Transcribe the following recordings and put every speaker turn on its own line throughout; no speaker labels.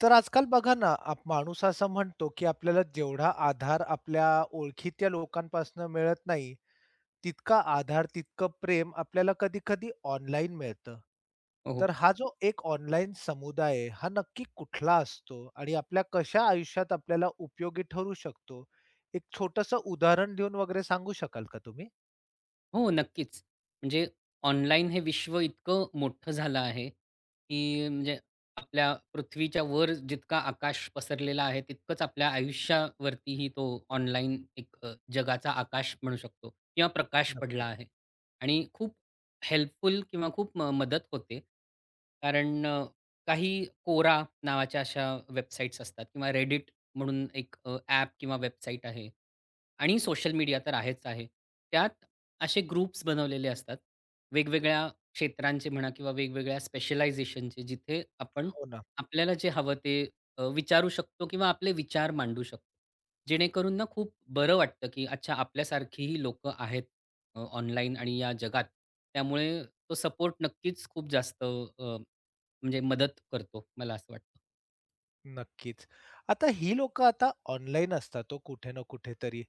तर आजकाल बघा ना, आप माणूस असा म्हणतो, की आपल्याला जेवढा आधार आपल्या ओळखीतल्या लोकांपासनं मिळत नाही, तितका आधार, तितकं प्रेम आपल्याला कधी-कधी ऑनलाईन मिळतं.
हो,
तर
हो,
हा जो एक ऑनलाईन समुदाय आहे, हा नक्की कुठला असतो आणि आपल्या कशा आयुष्यात आपल्याला उपयोगी ठरू शकतो? एक छोटंसं उदाहरण देऊन वगैरे सांगू शकाल का तुम्ही?
हो, नक्कीच. म्हणजे ऑनलाईन हे विश्व इतकं मोठं झालं आहे, की म्हणजे आपल्या पृथ्वीच्या वर जितका आकाश पसरलेला आहे, तितकंच आपल्या आयुष्यावरतीही तो ऑनलाईन एक जगाचा आकाश म्हणू शकतो किंवा प्रकाश पडला
नक्कीच.
आहे. आणि खूप हेल्पफुल किंवा खूप मदत होते. कारण काही Quora नावाच्या अशा वेबसाईट्स असतात किंवा Reddit म्हणून एक ॲप किंवा वेबसाईट आहे आणि सोशल मीडिया तर आहेच आहे. त्यात असे ग्रुप्स बनवलेले असतात. वेगवेगळ्या क्षेत्रांचे म्हणा किंवा वेगवेगळ्या स्पेशलायझेशनचे जिथे आपण
हो
आपल्याला जे हवं ते विचारू शकतो किंवा आपले विचार मांडू शकतो. जेणेकरून ना खूप बरं वाटतं, की अच्छा आपल्यासारखीही लोकं आहेत ऑनलाईन आणि या जगात. त्यामुळे तो सपोर्ट नक्कीच खूप जास्त म्हणजे मदत करतो, मला असं वाटतं.
नक्कीच. आता ही लोकं आता ऑनलाईन असतात तो कुठे ना कुठेतरी.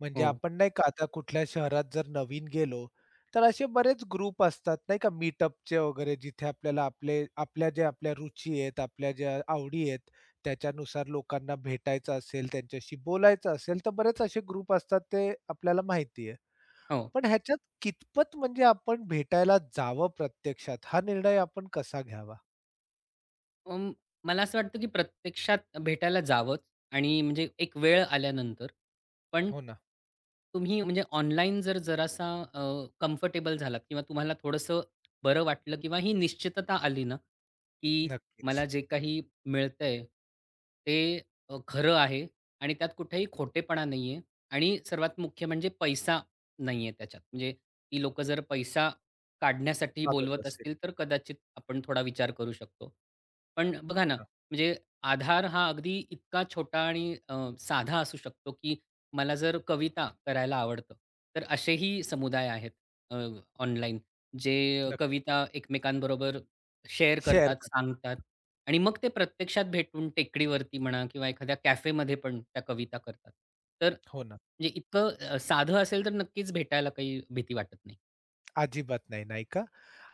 म्हणजे
हो,
आपण नाही का आता कुठल्या शहरात जर नवीन गेलो, तर असे बरेच ग्रुप असतात नाही का मीटअपचे वगैरे जिथे आपल्याला आपले आपल्या ज्या आपल्या रुची आहेत, आपल्या ज्या आवडी आहेत, त्याच्यानुसार लोकांना भेटायचं असेल, त्यांच्याशी बोलायचं असेल, तर बरेच असे ग्रुप असतात ते आपल्याला माहिती आहे.
हो.
पण ह्याच्यात कितपत म्हणजे आपण भेटायला जावं प्रत्यक्षात हा निर्णय आपण कसा घ्यावा?
अं, मला असं वाटतं की प्रत्यक्षात भेटायला जावंच आणि म्हणजे एक वेळ आल्यानंतर. पण
हो ना.
तुम्ही म्हणजे ऑनलाईन जर जरासा अ, कम्फर्टेबल झालात किंवा तुम्हाला थोडंसं बरं वाटलं किंवा ही निश्चितता आली ना, की
नक्कीच.
मला जे काही मिळतंय ते खरं आहे आणि त्यात कुठेही खोटेपणा नाहीये आणि सर्वात मुख्य म्हणजे पैसा नाहीये त्याच्यात. म्हणजे ती लोकं जर पैसा काढण्यासाठी
वागत
बोलवत
असेल.
असतील, तर कदाचित आपण थोडा विचार करू शकतो. पण बघा
हो
ना,
ना.
म्हणजे आधार हा अगदी इतका छोटा आणि साधा असू शकतो, की मला जर कविता करायला आवडतं, तर असेही समुदाय आहेत अ, ऑनलाईन, जे कविता एकमेकांबरोबर शेअर
शेअर
करतात,
कर.
सांगतात आणि मग ते प्रत्यक्षात भेटून टेकडीवरती म्हणा किंवा एखाद्या कॅफेमध्ये पण त्या कविता करतात. तर
हो ना.
म्हणजे इतकं साधं असेल, तर नक्कीच भेटायला काही भीती वाटत नाही.
अजिबात नाही, नाही का?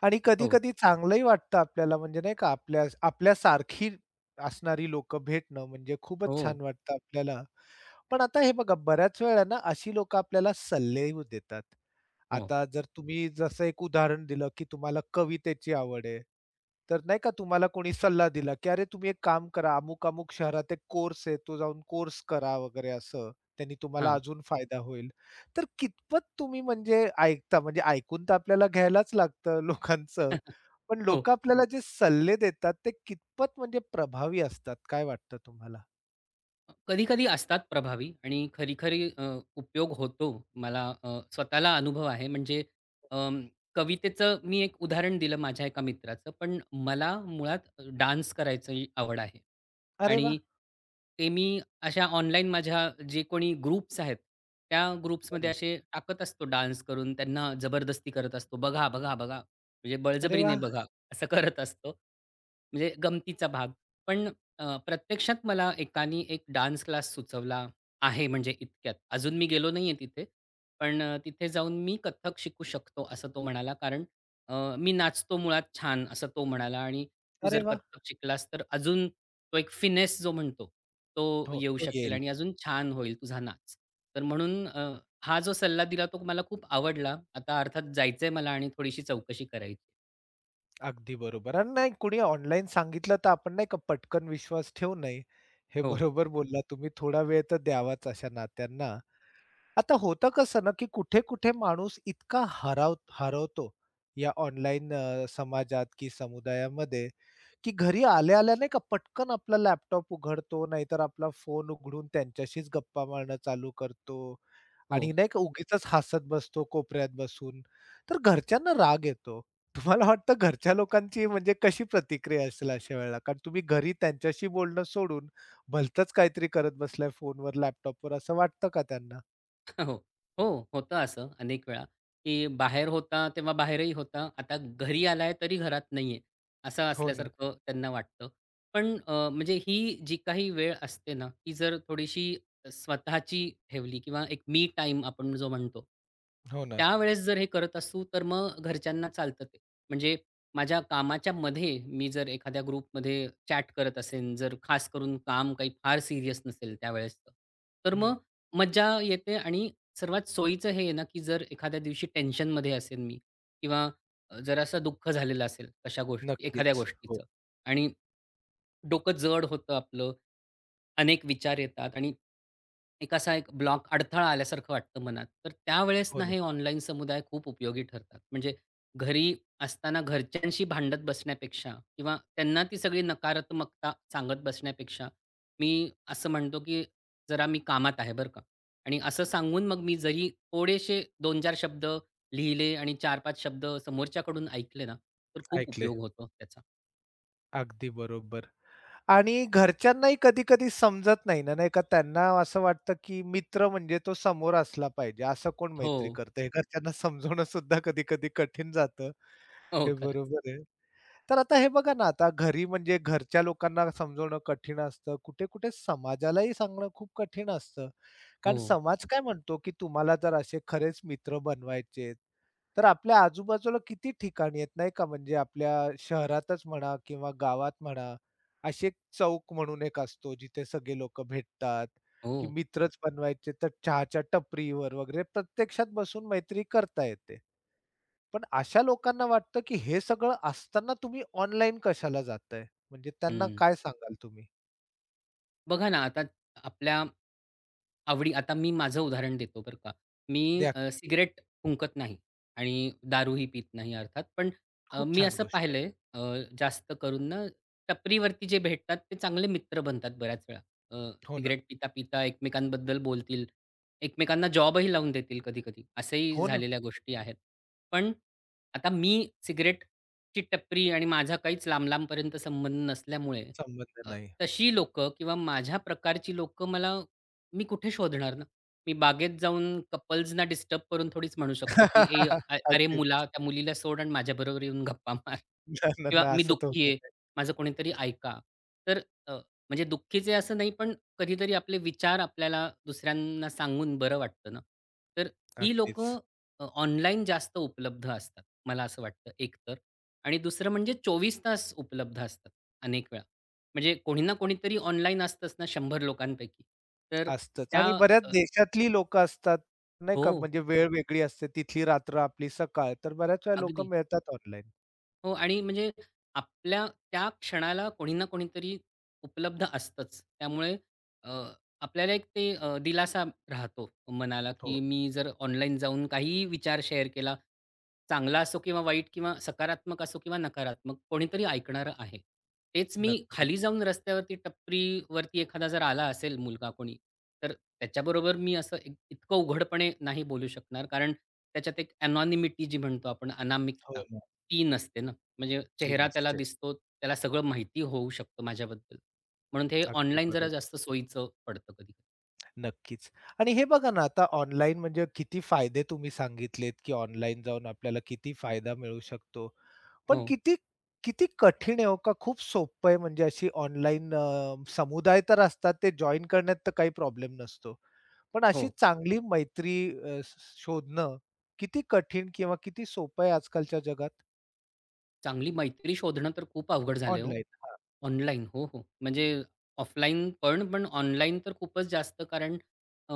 आणि
हो,
कधी-कधी चांगलंही वाटतं आपल्याला म्हणजे नाही का आपल्या आपल्यासारखी असणारी लोकं भेटणं म्हणजे खूपच छान
हो,
वाटतं आपल्याला. पण आता हे बघा बऱ्याच वेळा ना अशी लोकं आपल्याला सल्लेही देतात.
हो.
आता जर तुम्ही जसं एक उदाहरण दिलं, की तुम्हाला कवितेची आवड आहे. तर नाही का तुम्हाला कोणी सल्ला दिला, की "अरे तुम्ही एक काम करा, अमुक-अमुक शहरात एक कोर्स आहे, तो जाऊन कोर्स करा" वगैरे असं. त्यांनी तुम्हाला
हां.
अजून फायदा होईल. तर कितपत तुम्ही म्हणजे ऐकता? म्हणजे ऐकून तर आपल्याला घ्यायलाच लागतं लोकांचं. पण
हो.
लोकं आपल्याला जे सल्ले देतात ते कितपत म्हणजे प्रभावी असतात? काय वाटतं तुम्हाला?
कधी-कधी असतात प्रभावी आणि खरी-खरी उपयोग होतो. मला स्वतःला अनुभव आहे. म्हणजे अं, कवितेचं मी एक उदाहरण दिलं माझ्या एका मित्राचं. पण मला मुळात डान्स करायची आवड आहे.
"अरे वा,
आणि ते मी अशा ऑनलाईन माझ्या जे कोणी ग्रुप्स आहेत, त्या
हो
ग्रुप्समध्ये
ना.
असे टाकत असतो डान्स करून त्यांना जबरदस्ती करत असतो. बघा, बघा, बघा. म्हणजे
अरे वा,
बळजबरीने बघा असं करत असतो. म्हणजे गमतीचा भाग. पण प्रत्यक्षात मला एकानी एक डान्स क्लास सुचवला आहे म्हणजे इतक्यात. अजून मी गेलो नाहीये तिथे. पण तिथे जाऊन मी कथ्थक शिकू शकतो असं तो म्हणाला. कारण मी नाचतो मुळात छान असं तो म्हणाला आणि तू
अरे
जर
वा,
कथ्थक शिकलास तर अजून तो एक फिनेस जो म्हणतो, तो
हो,
येऊ
तो
शकेल
येईल.
आणि अजून छान होईल तुझा नाच. तर म्हणून हा जो सल्ला दिला तो मला खूप आवडला. आता अर्थात जायचंय मला आणि थोडीशी चौकशी करायची.
अगदी बरोबर. आणि नाही कुणी ऑनलाईन सांगितलं तर आपण नाही का पटकन विश्वास ठेवू नये. हे
हो,
बरोबर बोललात तुम्ही. थोडा वेळ तर द्यावाच अशा नात्यांना. आता होतं कसं ना, की कुठे-कुठे माणूस इतका हरवतो या ऑनलाईन समाजात की समुदायामध्ये की घरी आल्या-आल्या नाही का पटकन आपला लॅपटॉप उघडतो, नाहीतर आपला फोन उघडून त्यांच्याशीच गप्पा मारणं चालू करतो आणि
हो.
नाही का उगीचच हसत बसतो कोपऱ्यात बसून. तर घरच्यांना राग येतो. तुम्हाला वाटतं घरच्या लोकांची म्हणजे कशी प्रतिक्रिया असेल अशा वेळेला? कारण तुम्ही घरी त्यांच्याशी बोलणं सोडून भलतंच काहीतरी करत बसलाय फोनवर, लॅपटॉपवर असं वाटतं का त्यांना?
हो. हो, होतं असं अनेक वेळा, की बाहेर होता तेव्हा बाहेरही होता. आता घरी आलाय तरी घरात नाहीये, असं
हो ना,
असल्यासारखं त्यांना वाटतं. पण म्हणजे ही जी काही वेळ असते ना, ती जर थोडीशी स्वतःची ठेवली किंवा एक मी टाईम आपण जो म्हणतो,
हो ना.
त्यावेळेस जर हे करत असू तर मग घरच्यांना चालतं ते. म्हणजे माझ्या कामाच्या मध्ये मी जर एखाद्या ग्रुपमध्ये चॅट करत असेन, जर खास करून काम काही फार सीरियस नसेल त्यावेळेसचं, तर
हं,
मग मज्जा येते आणि सर्वात सोयीचं हे आहे ना, की जर एखाद्या दिवशी टेन्शनमध्ये असेल मी किंवा जरासं दुःख झालेलं असेल कशा गोष्टी एखाद्या
नक्कीच. हो,
गोष्टीचं आणि डोकं जड होतं आपलं अनेक विचार येतात आणि एक असा एक ब्लॉक अडथळा आल्यासारखं वाटतं मनात. तर त्यावेळेस
हो
ना
ना.
हे ऑनलाईन समुदाय खूप उपयोगी ठरतात. म्हणजे घरी असताना घरच्यांशी भांडत बसण्यापेक्षा किंवा त्यांना ती सगळी नकारात्मकता सांगत बसण्यापेक्षा, मी असं म्हणतो, की जरा मी कामात आहे बरं का आणि असं सांगून मग मी जरी थोडेसे 2-4 शब्द लिहिले आणि 4-5 शब्द समोरच्याकडून ऐकले ना, तर खूप
ऐकले.
उपयोग होतो त्याचा.
अगदी बरोबर. आणि घरच्यांनाही कधी-कधी समजत नाही ना, नाही का? त्यांना असं वाटतं, की मित्र म्हणजे तो समोर असला पाहिजे. असं कोण
हो.
मैत्री करतं? हे घरच्यांना समजवणं सुद्धा कधी-कधी कठीण जातं.
हो,
हे
खरंच.
बरोबर आहे. तर आता हे बघा ना, आता घरी म्हणजे घरच्या लोकांना समजवणं कठीण असतं. कुठे-कुठे समाजालाही सांगणं खूप कठीण असतं.
हो.
कारण समाज काय म्हणतो, की तुम्हाला जर असे खरेच मित्र बनवायचे तर आपल्या आजूबाजूला किती ठिकाणी आहेत नाही का, म्हणजे आपल्या शहरातच म्हणा किंवा गावात म्हणा, अशी एक चौक म्हणून एक असतो जिथे सगळे लोकं भेटतात,
हो.
की मित्रच बनवायचे तर चहाच्या टपरीवर वगैरे प्रत्यक्षात बसून मैत्री करता येते. पण अशा लोकांना वाटतं, की हे सगळं असताना तुम्ही ऑनलाईन कशाला जाताय? म्हणजे त्यांना
हं.
काय सांगाल तुम्ही?
बघा ना, आता आपल्या आवडी आता मी माझं उदाहरण देतो बरं का. मी
द्या की.
सिगारेट फुंकत नाही आणि दारूही पीत नाही अर्थात. पण
खूप
मी
छान
असं
गोष्ट आहे.
पाहिलंय अ, जास्त करून ना टपरीवरती जे भेटतात ते चांगले मित्र बनतात बऱ्याच वेळा.
हो ना.
सिगारेट पिता-पिता एकमेकांबद्दल बोलतील, एकमेकांना जॉबही लावून देतील कधी-कधी. असंही
हो ना.
झालेल्या गोष्टी आहेत. पण आता मी सिगारेटची टपरी आणि माझा काहीच लांब-लांबपर्यंत संबंध नसल्यामुळे
संबंध नाही.
तशी लोकं किंवा माझ्या प्रकारची लोकं मला मी कुठे शोधणार ना? मी बागेत जाऊन कपल्सना डिस्टर्ब करून थोडीच म्हणू शकतो, की "ए, अरे
अगदीच.
मुला, त्या मुलीला सोड आणि माझ्याबरोबर येऊन गप्पा मार."
ना, ना,
किंवा
ना,
"मी
असं तर होत
दुःखी आहे,
नाही.
माझं कोणीतरी ऐका." तर अ, म्हणजे दुःखीचे असं नाही, पण कधीतरी आपले विचार आपल्याला दुसऱ्यांना सांगून बरं वाटतं ना. तर ही
अगदीच.
लोकं ऑनलाईन जास्त उपलब्ध असतात, मला असं वाटतं एकतर आणि दुसरं म्हणजे 24 तास उपलब्ध असतात अनेक वेळा. म्हणजे कोणी ना कोणीतरी ऑनलाईन असतंच ना 100 लोकांपैकी. तर
असतंच
त्या
आणि बऱ्याच
अ,
देशातली लोकं असतात, नाही का,
हो,
म्हणजे वेळ वेगळी असते, तिथली रात्र आपली सकाळ. तर बऱ्याच वेळा लोकं
अगदी.
मिळतात ऑनलाईन.
हो आणि म्हणजे आपल्या त्या क्षणाला कोणी ना कोणीतरी उपलब्ध असतंच. त्यामुळे अ, आपल्याला एक ते दिलासा राहतो मनाला,
हो,
की मी जर ऑनलाईन जाऊन काहीही विचार शेअर केला, चांगला असो किंवा वाईट किंवा सकारात्मक असो किंवा नकारात्मक, कोणीतरी ऐकणारं आहे. तेच मी
नक्कीच.
खाली जाऊन रस्त्यावरती टपरीवरती एखादा जर आला असेल मुलगा कोणी, तर त्याच्याबरोबर मी असं इतकं उघडपणे नाही बोलू शकणार. कारण त्याच्यात एक एनॉनिमिटी जी म्हणतो आपण
हो
अनामिकता,
ना,
ती नसते ना. म्हणजे
ती
चेहरा त्याला
नसते.
दिसतो, त्याला सगळं माहिती होऊ शकतं माझ्याबद्दल. म्हणून ते
अगदी
ऑनलाईन जरा
बरोबर.
जास्त सोयीचं पडतं कधी
नक्कीच. आणि हे बघा ना, आता ऑनलाईन म्हणजे किती फायदे तुम्ही सांगितलेत, की ऑनलाईन जाऊन आपल्याला किती फायदा मिळू शकतो. पण
हो,
किती किती कठीण आहे हो का खूप सोपं आहे म्हणजे अशी ऑनलाईन समुदाय तर असतात ते जॉइन करण्यात तर काही प्रॉब्लेम नसतो. पण
हो.
अशी चांगली मैत्री अ, श शोधणं किती कठीण किंवा किती सोपं आहे आजकालच्या जगात?
चांगली मैत्री शोधणं तर खूप अवघड झालंय हो.
ऑनलाईन.
ऑनलाईन. हो, हो. म्हणजे ऑफलाईन पण ऑनलाईन तर खूपच जास्त कारण अ,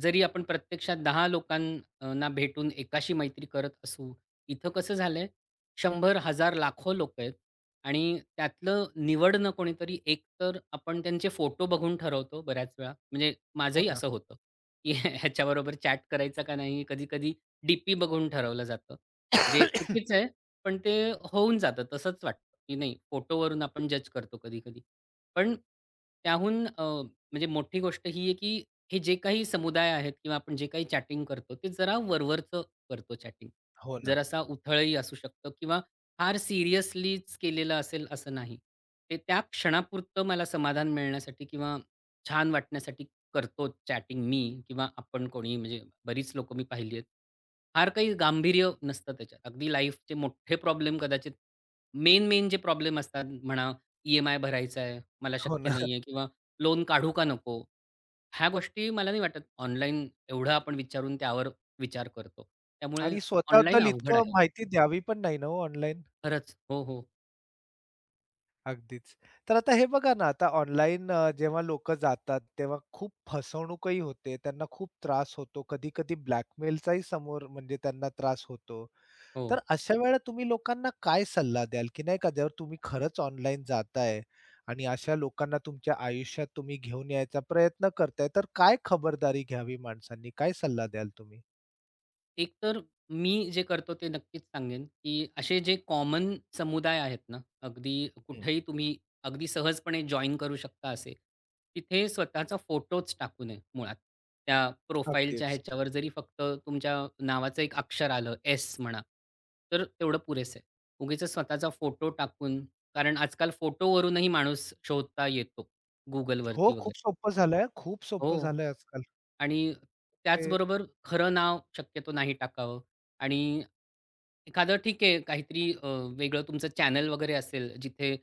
जरी आपण प्रत्यक्षात 10 लोकांना भेटून एकाशी मैत्री करत असू, इथं कसं झालंय 100, हजार लाखो लोकं आहेत आणि त्यातलं निवडणं कोणीतरी एक तर आपण त्यांचे फोटो बघून ठरवतो बऱ्याच वेळा. म्हणजे
हो
माझंही
ना,
असं होतं, की ह्याच्याबरोबर चॅट करायचा का नाही? कधी-कधी डी बघून ठरवलं जातं. जे चुकीचं आहे. पण ते होऊन जातं. तसंच वाटतं, की नाही फोटोवरून आपण जज करतो कधी-कधी. पण त्याहून म्हणजे मोठी गोष्ट ही आहे, की हे जे काही समुदाय आहेत किंवा आपण जे काही चॅटिंग करतो, ते जरा वरवरचं करतो चॅटिंग.
हो ना,
जरासा उथळही असू शकतं किंवा फार सिरियसलीच केलेलं असेल असं नाही. ते त्या क्षणापुरतं मला समाधान मिळण्यासाठी किंवा छान वाटण्यासाठी करतो चॅटिंग मी किंवा आपण कोणी म्हणजे बरीच लोकं मी पाहिली आहेत. फार काही गांभीर्य नसतं त्याच्यात. अगदी लाईफचे मोठे प्रॉब्लेम कदाचित मेन जे प्रॉब्लेम असतात म्हणा, ई-एम-आय भरायचा आहे, मला
हो
शक्य
ना.
नाही आहे किंवा लोन काढू का नको? ह्या गोष्टी मला नाही वाटत ऑनलाईन एवढं आपण विचारून त्यावर विचार करतो. त्यामुळे
आणि
ऑनलाईन
स्वतःबद्दल
अवघड
इतकं
आहे.
माहिती द्यावी पण नाही ना हो ऑनलाईन.
खरंच. हो, हो.
अगदीच. तर आता हे बघा ना, आता ऑनलाईन जेव्हा लोकं जातात, तेव्हा खूप फसवणूकही होते. त्यांना खूप त्रास होतो. कधी-कधी ब्लॅकमेलचाही समोर म्हणजे त्यांना त्रास होतो.
हो.
तर अशा वेळेला तुम्ही लोकांना काय सल्ला द्याल, की नाही का जर तुम्ही खरंच ऑनलाईन जाताय आणि अशा लोकांना तुमच्या आयुष्यात तुम्ही घेऊन यायचा प्रयत्न करताय, तर काय खबरदारी घ्यावी माणसांनी? काय सल्ला द्याल तुम्ही?
एक तर मी जे करतो ते नक्कीच सांगेन, की असे जे कॉमन समुदाय आहेत ना, अगदी
हं.
कुठेही तुम्ही अगदी सहजपणे जॉइन करू शकता असे, तिथे स्वतःचा फोटोच टाकू नये मुळात. त्या प्रोफाईलच्या
अगदीच.
ह्याच्यावर जरी फक्त तुमच्या नावाचं एक अक्षर आलं, एस म्हणा, तर तेवढं पुरेसं आहे. उगीचच स्वतःचा फोटो टाकून कारण आजकाल फोटोवरूनही माणूस शोधता येतो
हो,
Googleवरती वगैरे.
खूप सोपं झालंय. खूप सोपं
हो.
झालंय आजकाल.
आणि
ते
त्याचबरोबर खरं नाव शक्यतो नाही टाकावं आणि एखादं ठीक आहे काहीतरी वेगळं तुमचं चॅनल वगैरे असेल जिथे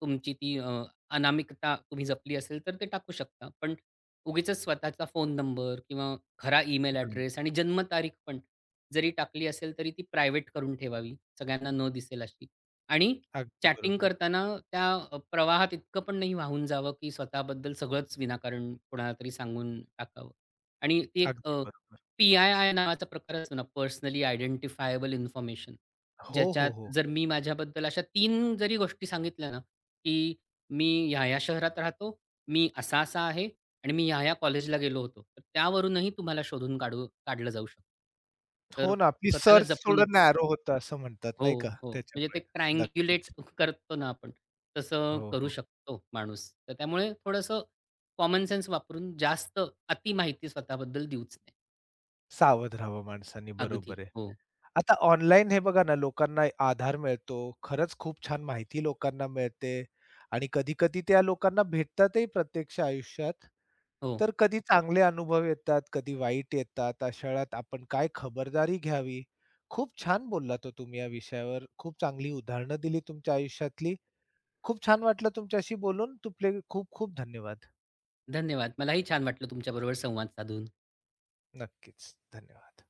तुमची ती अनामिकता तुम्ही जपली असेल तर ते टाकू शकता. पण उगीचच स्वतःचा फोन नंबर किंवा खरा ईमेल
हं.
ॲड्रेस आणि जन्मतारीख पण जरी टाकली असेल तरी ती प्रायव्हेट करून ठेवावी. सगळ्यांना न दिसेल अशी. आणि
अगदी
चॅटिंग
बरोबर.
करताना त्या प्रवाहात इतकं पण नाही वाहून जावं की स्वतःबद्दल सगळंच विनाकारण कोणाला तरी सांगून टाकावं. आणि ती एक
अगदी बरोबर.
पी-आय-आय नावाचा प्रकार असतो ना, पर्सनली आयडेंटिफायबल इन्फॉर्मेशन.
हो, हो,
ज्याच्यात
हो.
जर मी माझ्याबद्दल अशा तीन जरी गोष्टी सांगितल्या ना, की मी ह्या-ह्या शहरात राहतो, मी असा-असा आहे आणि मी ह्या-ह्या कॉलेजला गेलो होतो. तर त्यावरूनही तुम्हाला शोधून काढलं जाऊ शकतं.
हो
तर
ना, आपली
स्वतःला
सर्च थोडं
जपूनच
नॅरो होतं असं म्हणतात
हो,
नाही का?
हो. म्हणजे
त्याच्यामुळे.
ते ट्रायंग्युलेट
नक्कीच.
करतो ना आपण, तसं
हो,
करू
हो.
शकतो माणूस. तर त्यामुळे थोडंसं कॉमन सेन्स वापरून जास्त अति माहिती स्वतःबद्दल देऊच
सावध राहावं माणसांनी,
अगदी.
बरोबर आहे.
हो,
आता ऑनलाईन हे बघा ना, लोकांना आधार मिळतो. खरंच खूप छान माहिती लोकांना मिळते आणि कधी-कधी त्या लोकांना भेटतातही प्रत्यक्ष आयुष्यात.
हो.
तर कधी चांगले अनुभव येतात, कधी वाईट येतात. अशा वेळात आपण काय खबरदारी घ्यावी? खूप छान बोललात हो तुम्ही या विषयावर. खूप चांगली उदाहरणं दिली तुमच्या आयुष्यातली खूप छान वाटलं तुमच्याशी बोलून. तुपले खूप खूप धन्यवाद.
धन्यवाद. मलाही छान वाटलं तुमच्याबरोबर संवाद साधून.
नक्कीच. धन्यवाद.